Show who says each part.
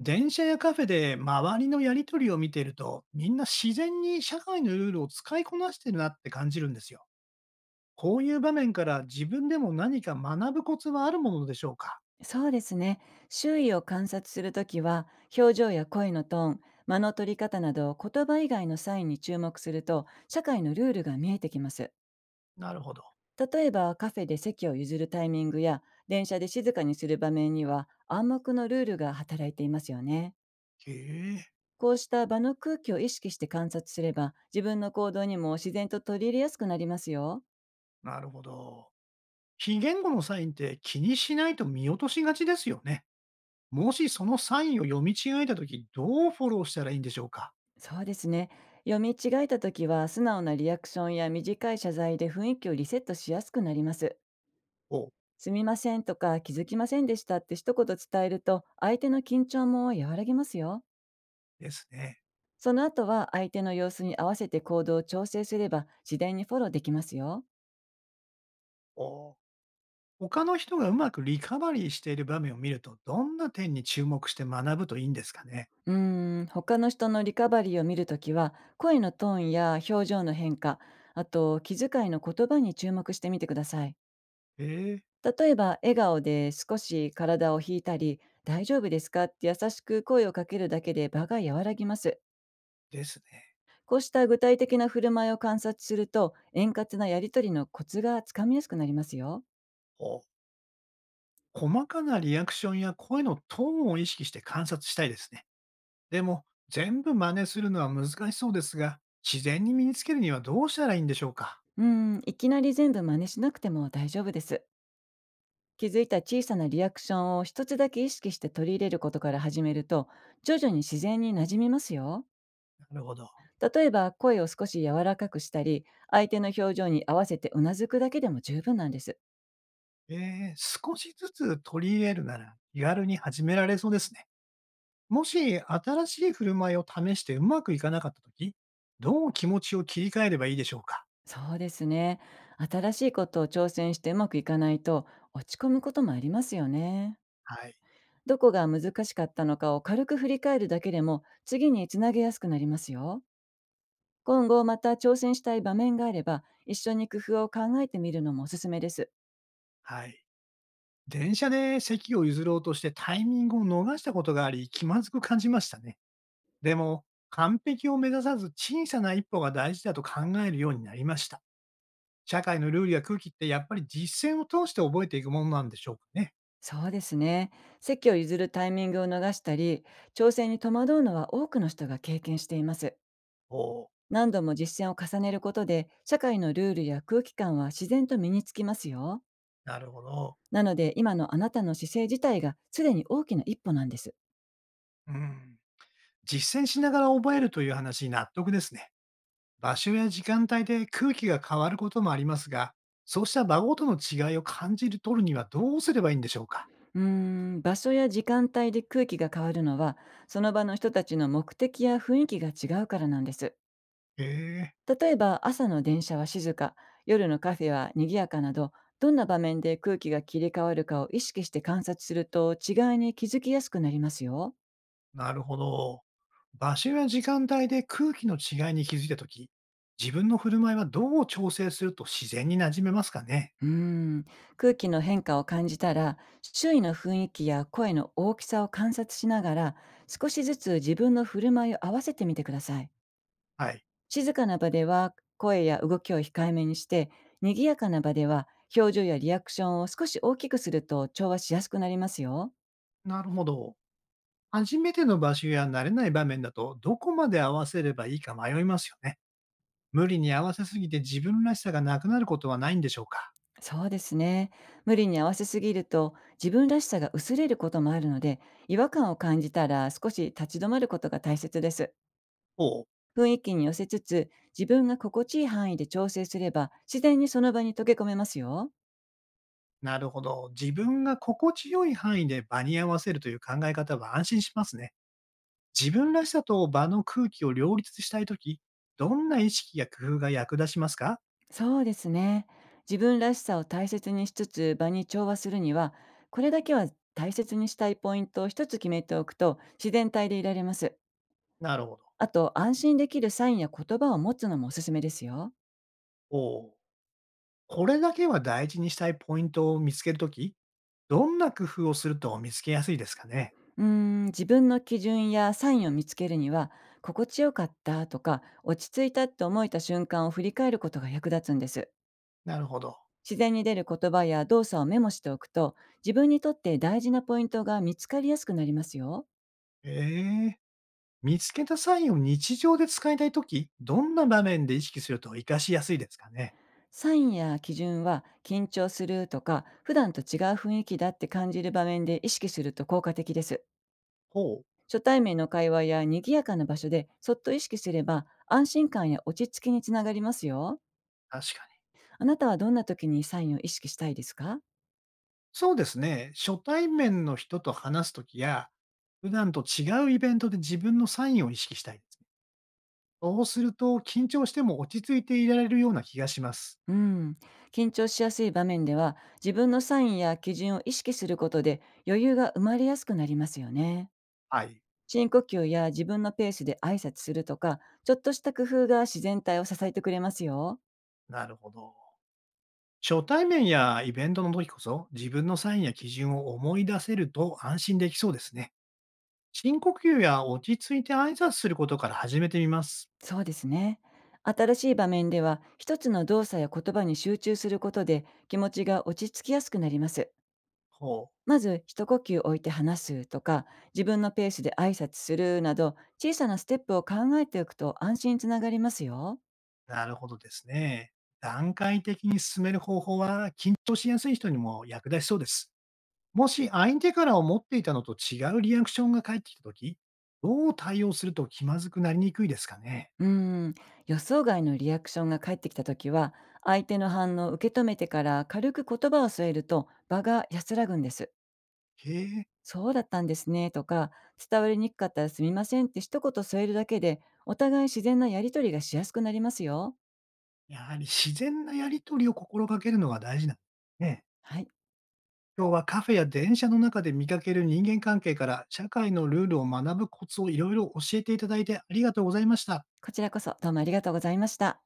Speaker 1: 電車やカフェで周りのやりとりを見ていると、みんな自然に社会のルールを使いこなしてるなって感じるんですよ。こういう場面から自分でも何か学ぶコツはあるものでしょうか。
Speaker 2: そうですね。周囲を観察するときは、表情や声のトーン、間の取り方など、言葉以外のサインに注目すると、社会のルールが見えてきます。
Speaker 1: なるほど。
Speaker 2: 例えば、カフェで席を譲るタイミングや、電車で静かにする場面には、暗黙のルールが働いていますよね。
Speaker 1: へえ、
Speaker 2: こうした場の空気を意識して観察すれば、自分の行動にも自然と取り入れやすくなりますよ。
Speaker 1: なるほど。非言語のサインって気にしないと見落としがちですよね。もしそのサインを読み違えたとき、どうフォローしたらいいんでしょうか。
Speaker 2: そうですね。読み違えたときは、素直なリアクションや短い謝罪で雰囲気をリセットしやすくなります。
Speaker 1: お、
Speaker 2: すみませんとか気づきませんでしたって一言伝えると、相手の緊張も和らぎますよ。
Speaker 1: ですね。
Speaker 2: その後は相手の様子に合わせて行動を調整すれば、自然にフォローできますよ。
Speaker 1: お、他の人がうまくリカバリーしている場面を見ると、どんな点に注目して学ぶといいんですかね。
Speaker 2: うーん、他の人のリカバリーを見るときは、声のトーンや表情の変化、あと気遣いの言葉に注目してみてください。
Speaker 1: ええ、
Speaker 2: 例えば、笑顔で少し体を引いたり、大丈夫ですかって優しく声をかけるだけで場が和らぎます。
Speaker 1: ですね。
Speaker 2: こうした具体的な振る舞いを観察すると、円滑なやり取りのコツがつかみやすくなりますよ。
Speaker 1: お、細かなリアクションや声のトーンを意識して観察したいですね。でも、全部真似するのは難しそうですが、自然に身につけるにはどうしたらいいんでしょうか。
Speaker 2: うん、いきなり全部真似しなくても大丈夫です。気づいた小さなリアクションを一つだけ意識して取り入れることから始めると、徐々に自然に馴染みますよ。
Speaker 1: なるほど。
Speaker 2: 例えば、声を少し柔らかくしたり、相手の表情に合わせてうなずくだけでも十分なんです。
Speaker 1: ええ、少しずつ取り入れるなら気軽に始められそうですね。もし、新しい振る舞いを試してうまくいかなかったとき、どう気持ちを切り替えればいいでしょうか。
Speaker 2: そうですね。新しいことを挑戦してうまくいかないと、落ち込むこともありますよね。
Speaker 1: はい。
Speaker 2: どこが難しかったのかを軽く振り返るだけでも、次につなげやすくなりますよ。今後また挑戦したい場面があれば、一緒に工夫を考えてみるのもおすすめです。
Speaker 1: はい。電車で席を譲ろうとしてタイミングを逃したことがあり、気まずく感じましたね。でも、完璧を目指さず小さな一歩が大事だと考えるようになりました。社会のルールや空気ってやっぱり実践を通して覚えていくものなんでしょうかね。
Speaker 2: そうですね。席を譲るタイミングを逃したり、挑戦に戸惑うのは多くの人が経験しています。
Speaker 1: おお、
Speaker 2: 何度も実践を重ねることで、社会のルールや空気感は自然と身につきますよ。
Speaker 1: なるほど。
Speaker 2: なので、今のあなたの姿勢自体がすでに大きな一歩なんです。
Speaker 1: うん。実践しながら覚えるという話に納得ですね。場所や時間帯で空気が変わることもありますが、そうした場ごとの違いを感じる取るにはどうすればいいんでしょうか。
Speaker 2: うーん、場所や時間帯で空気が変わるのは、その場の人たちの目的や雰囲気が違うからなんです。
Speaker 1: へえ。
Speaker 2: 例えば、朝の電車は静か、夜のカフェは賑やかなど、どんな場面で空気が切り替わるかを意識して観察すると、違いに気づきやすくなりますよ。
Speaker 1: なるほど。場所や時間帯で空気の違いに気づいたとき、自分の振る舞いはどう調整すると自然に馴染めますかね。
Speaker 2: うーん、空気の変化を感じたら、周囲の雰囲気や声の大きさを観察しながら、少しずつ自分の振る舞いを合わせてみてください。
Speaker 1: はい。
Speaker 2: 静かな場では声や動きを控えめにして、賑やかな場では表情やリアクションを少し大きくすると、調和しやすくなりますよ。
Speaker 1: なるほど。初めての場所や慣れない場面だと、どこまで合わせればいいか迷いますよね。無理に合わせすぎて自分らしさがなくなることはないんでしょうか。
Speaker 2: そうですね。無理に合わせすぎると自分らしさが薄れることもあるので、違和感を感じたら少し立ち止まることが大切です。
Speaker 1: おう。
Speaker 2: 雰囲気に寄せつつ、自分が心地いい範囲で調整すれば、自然にその場に溶け込めますよ。
Speaker 1: なるほど。自分が心地よい範囲で場に合わせるという考え方は安心しますね。自分らしさと場の空気を両立したいとき、どんな意識や工夫が役立ちますか。
Speaker 2: そうですね。自分らしさを大切にしつつ場に調和するには、これだけは大切にしたいポイントを一つ決めておくと、自然体でいられます。
Speaker 1: なるほど。
Speaker 2: あと、安心できるサインや言葉を持つのもおすすめですよ。
Speaker 1: おお。これだけは大事にしたいポイントを見つけるとき、どんな工夫をすると見つけやすいですかね。
Speaker 2: うーん、自分の基準やサインを見つけるには、心地よかったとか、落ち着いたって思えた瞬間を振り返ることが役立つんです。
Speaker 1: なるほど。
Speaker 2: 自然に出る言葉や動作をメモしておくと、自分にとって大事なポイントが見つかりやすくなりますよ。
Speaker 1: ええ、見つけたサインを日常で使いたいとき、どんな場面で意識すると活かしやすいですかね。
Speaker 2: サインや基準は、緊張するとか普段と違う雰囲気だって感じる場面で意識すると効果的です。
Speaker 1: ほう。
Speaker 2: 初対面の会話や賑やかな場所でそっと意識すれば、安心感や落ち着きにつながりますよ。
Speaker 1: 確かに。
Speaker 2: あなたはどんな時にサインを意識したいですか？
Speaker 1: そうですね。初対面の人と話すときや、普段と違うイベントで自分のサインを意識したいですね。そうすると、緊張しても落ち着いていられるような気がします。
Speaker 2: うん。緊張しやすい場面では、自分のサインや基準を意識することで余裕が生まれやすくなりますよね。
Speaker 1: はい。
Speaker 2: 深呼吸や自分のペースで挨拶するとか、ちょっとした工夫が自然体を支えてくれますよ。
Speaker 1: なるほど。初対面やイベントの時こそ、自分のサインや基準を思い出せると安心できそうですね。深呼吸や落ち着いて挨拶することから始めてみます。
Speaker 2: そうですね。新しい場面では、一つの動作や言葉に集中することで気持ちが落ち着きやすくなります。
Speaker 1: ほう。
Speaker 2: まず、一呼吸置いて話すとか、自分のペースで挨拶するなど、小さなステップを考えておくと、安心につながりますよ。
Speaker 1: なるほどですね。段階的に進める方法は、緊張しやすい人にも役立ちそうです。もし相手から思っていたのと違うリアクションが返ってきた時、どう対応すると気まずくなりにくいですかね。
Speaker 2: うーん、予想外のリアクションが返ってきたときは、相手の反応を受け止めてから軽く言葉を添えると、場が安らぐんです。
Speaker 1: へえ。
Speaker 2: そうだったんですねとか、伝わりにくかったらすみませんって一言添えるだけで、お互い自然なやりとりがしやすくなりますよ。
Speaker 1: やはり自然なやり取りを心がけるのが大事なんですね。
Speaker 2: はい。
Speaker 1: 今日はカフェや電車の中で見かける人間関係から社会のルールを学ぶコツをいろいろ教えていただいてありがとうございました。
Speaker 2: こちらこそ、どうもありがとうございました。